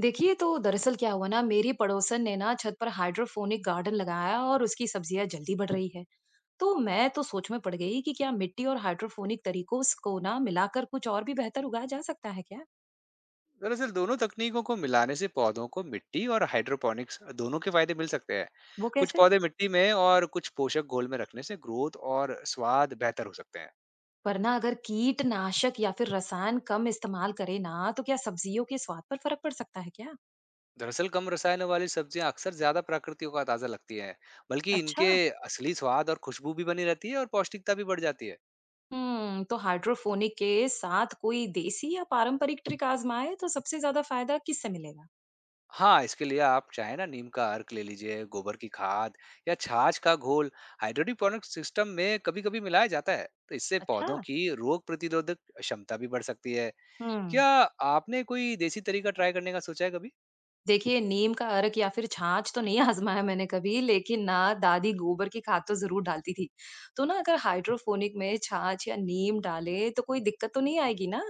देखिए। तो दरअसल क्या हुआ ना, मेरी पड़ोसन ने ना छत पर हाइड्रोफोनिक गार्डन लगाया और उसकी सब्जियां जल्दी बढ़ रही है। तो मैं तो सोच में पड़ गई कि क्या मिट्टी और हाइड्रोफोनिक तरीकों को ना मिलाकर कुछ और भी बेहतर उगाया जा सकता है क्या। दरअसल दोनों तकनीकों को मिलाने से पौधों को मिट्टी और हाइड्रोपोनिक्स दोनों के फायदे मिल सकते हैं। वो कुछ कैसे? पौधे मिट्टी में और कुछ पोषक घोल में रखने से ग्रोथ और स्वाद बेहतर हो सकते हैं। पर ना अगर कीटनाशक या फिर रसायन कम इस्तेमाल करे ना, तो क्या सब्जियों के स्वाद पर फर्क पड़ सकता है क्या। दरअसल कम रसायनों वाली सब्जियां अक्सर ज्यादा प्राकृतिक और ताजा लगती हैं, बल्कि अच्छा। इनके असली स्वाद और खुशबू भी बनी रहती है और पौष्टिकता भी बढ़ जाती है। हम्म, तो हाइड्रोफोनिक के साथ कोई देसी या पारंपरिक ट्रिक आजमाए तो सबसे ज्यादा फायदा किससे मिलेगा? हाँ, इसके लिए आप चाहे ना नीम का अर्क ले लीजिए, गोबर की खाद या छाछ का घोल हाइड्रोपोनिक सिस्टम में कभी कभी मिलाया जाता है, तो इससे अच्छा। पौधों की रोग प्रतिरोधक क्षमता भी बढ़ सकती है। हम्म। क्या आपने कोई देसी तरीका ट्राई करने का सोचा है कभी? देखिए, नीम का अर्क या फिर छाछ तो नहीं आज़माया मैंने कभी, लेकिन ना दादी गोबर की खाद तो ज़रूर डालती थी। तो ना अगर हाइड्रोपोनिक में छाछ या नीम डालें, तो कोई दिक्कत तो नहीं आएगी ना?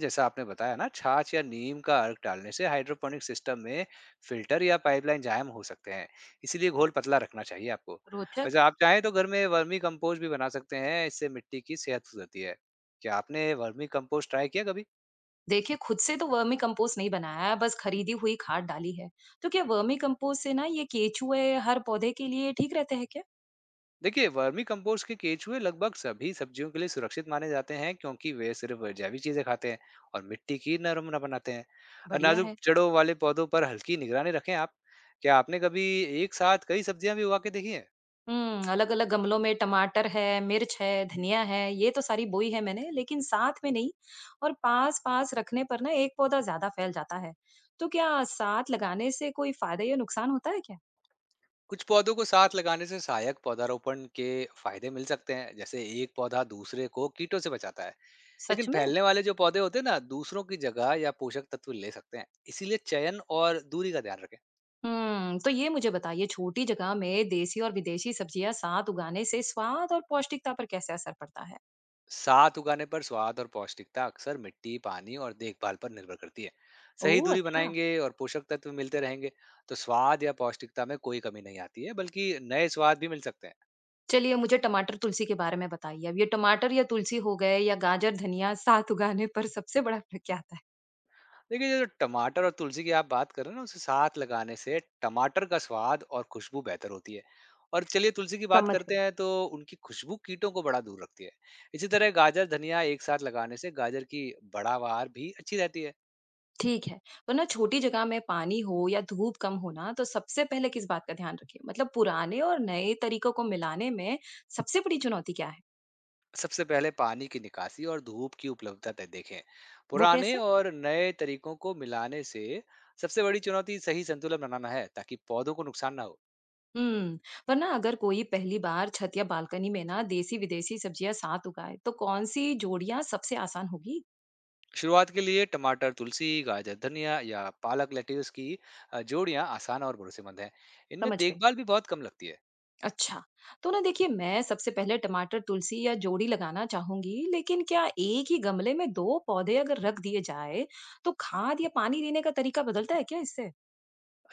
जैसा आपने बताया ना, छाछ या नीम का अर्क डालने से हाइड्रोपोनिक सिस्टम में फिल्टर या पाइपलाइन जाम हो सकते हैं। इसीलिए घोल पतला रखना चाहिए आपको। रोचक। वैसे आप चाहें तो घर में वर्मी कंपोस्ट भी बना सकते हैं, इससे मिट्टी की सेहत सुधरती है। क्या आपने वर्मी कंपोस्ट ट्राई किया कभी? देखिए, खुद से तो वर्मी कंपोस्ट नहीं बनाया है, बस खरीदी हुई खाद डाली है। तो क्या वर्मी कंपोस्ट से ना ये केचुए हर पौधे के लिए ठीक रहते हैं क्या? देखिए, वर्मी कंपोस्ट के केचुए लगभग सभी सब्जियों के लिए सुरक्षित माने जाते हैं क्योंकि वे सिर्फ जैविक चीजें खाते हैं और मिट्टी की नरम न बनाते हैं। और बढ़िया नाजुक है। जड़ों वाले पौधों पर हल्की निगरानी रखें आप। क्या आपने कभी एक साथ कई सब्जियां भी उगा के देखी हैं? हुँ, अलग-अलग गमलों में टमाटर है, मिर्च है, धनिया है, ये तो सारी बोई है मैंने, लेकिन साथ में नहीं। और पास-पास रखने पर ना एक पौधा ज़्यादा फैल जाता है। तो क्या साथ लगाने से कोई फ़ायदा या नुकसान होता है क्या? कुछ पौधों को साथ लगाने से सहायक पौधारोपण के फायदे मिल सकते हैं, जैसे एक पौधा दूसरे को कीटों से बचाता है। लेकिन सच में? फैलने वाले जो पौधे होते हैं ना, दूसरों की जगह या पोषक तत्व ले सकते हैं, इसीलिए चयन और दूरी का ध्यान रखें। हुँ, तो ये मुझे बताइए छोटी जगह में देसी और विदेशी सब्जियाँ साथ उगाने से स्वाद और पौष्टिकता पर कैसे असर पड़ता है? साथ उगाने पर स्वाद और पौष्टिकता अक्सर मिट्टी, पानी और देखभाल पर निर्भर करती है। सही ओह! दूरी अच्छा। बनाएंगे और पोषक तत्व मिलते रहेंगे, तो स्वाद या पौष्टिकता में कोई कमी नहीं आती है, बल्कि नए स्वाद भी मिल सकते हैं। चलिए मुझे टमाटर तुलसी के बारे में बताइए। अब ये टमाटर या तुलसी हो गए या गाजर धनिया साथ उगाने पर सबसे बड़ा फ़र्क क्या आता है? देखिए, ये जो टमाटर और तुलसी की आप बात कर रहे हैं ना, उसे साथ लगाने से टमाटर का स्वाद और खुशबू बेहतर होती है। और चलिए तुलसी की बात समझ करते गई। हैं, तो उनकी खुशबू कीटों को बड़ा दूर रखती है। इसी तरह गाजर धनिया एक साथ लगाने से गाजर की बड़ावार भी अच्छी रहती है। ठीक है। तो ना छोटी जगह में पानी हो या धूप कम हो ना, तो सबसे पहले किस बात का ध्यान रखें? मतलब पुराने और नए तरीकों को मिलाने में सबसे बड़ी चुनौती क्या है? सबसे पहले पानी की निकासी और धूप की उपलब्धता तय देखें। वो पुराने कैसे? और नए तरीकों को मिलाने से सबसे बड़ी चुनौती सही संतुलन बनाना है, ताकि पौधों को नुकसान ना हो। हुँ, पर ना अगर कोई पहली बार छत या बालकनी में ना देसी-विदेशी सब्जियाँ साथ उगाए, तो कौन-सी जोड़ियाँ सबसे आसान होगी? शुरुआत के लिए टमाटर तुलसी, गाजर धनिया या पालक लेट्यूस की जोड़ियां आसान और भरोसेमंद हैं। इनमें समझ गई। देखभाल भी बहुत कम लगती है। अच्छा, तो ना देखिए मैं सबसे पहले टमाटर, तुलसी या जोड़ी लगाना चाहूँगी, लेकिन क्या एक ही गमले में 2 पौधे अगर रख दिए जाए, तो खाद या पानी देने का तरीका बदलता है क्या इससे?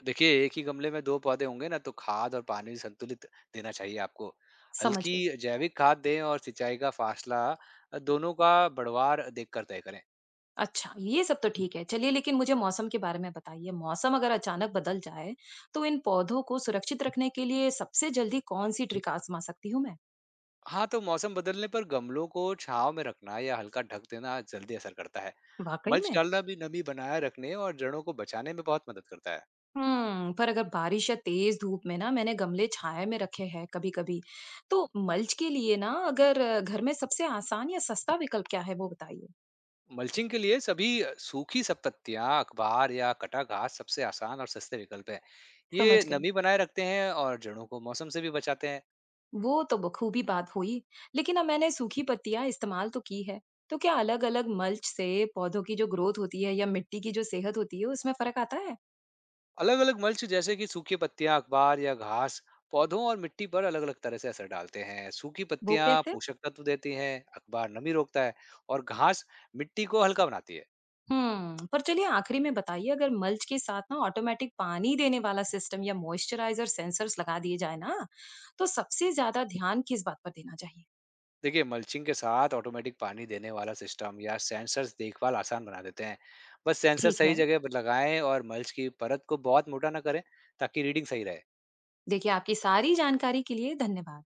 देखिए, एक ही गमले में दो पौधे होंगे ना, तो खाद और पानी संतुलित देना चाहिए आपको। समझ हल्की गई। जैविक खाद दें और सिंचाई का फासला दोनों का बढ़वार देखकर तय करें। अच्छा, ये सब तो ठीक है। चलिए लेकिन मुझे मौसम के बारे में बताइए। मौसम अगर अचानक बदल जाए, तो इन पौधों को सुरक्षित रखने के लिए सबसे जल्दी कौन-सी ट्रिक आज़मा सकती हूँ मैं? हाँ, तो मौसम बदलने पर गमलों को छाँव में रखना या हल्का ढक देना जल्दी असर करता है। वाक़ई मल्च में? डालना भी नमी बनाए रखने और जड़ों को बचाने में बहुत मदद करता है। हुँ, पर अगर बारिश या तेज़ धूप में ना मैंने गमले छाया में रखे हैं कभी-कभी, तो मल्च के लिए ना अगर घर में सबसे आसान या सस्ता विकल्प क्या है वो बताइए? मल्चिंग के लिए सभी सूखी पत्तियाँ, अखबार या कटा घास सबसे आसान और सस्ते विकल्प हैं। समझ ये गई। नमी बनाए रखते हैं और जड़ों को मौसम से भी बचाते हैं। वो तो बखूबी बात हुई। लेकिन अब मैंने सूखी पत्तियां इस्तेमाल तो की है, तो क्या अलग अलग मल्च से पौधों की जो ग्रोथ होती है या मिट्टी की जो सेहत होती है उसमें फर्क आता है? अलग-अलग मल्च जैसे कि सूखी पत्तियाँ, अखबार या घास पौधों और मिट्टी पर अलग-अलग तरह से असर डालते हैं। सूखी वो पत्तियाँ कैसे? पोषक तत्व देती हैं, अखबार नमी रोकता है और घास मिट्टी को हल्का बनाती है। हम्म, पर चलिए आखिरी में बताइए अगर मल्च के साथ ना ऑटोमेटिक पानी देने वाला सिस्टम या मॉइस्चराइजर सेंसर्स लगा दिए जाए ना, तो सबसे ज्यादा ध्यान किस बात पर देना चाहिए? देखिए, मल्चिंग के साथ ऑटोमेटिक पानी देने वाला सिस्टम या सेंसर्स देखभाल आसान बना देते हैं। बस सेंसर ठीक सही है। जगह पर लगाएं और मल्च की परत को बहुत मोटा ना करें, ताकि रीडिंग सही रहे। देखिए आपकी सारी जानकारी के लिए धन्यवाद।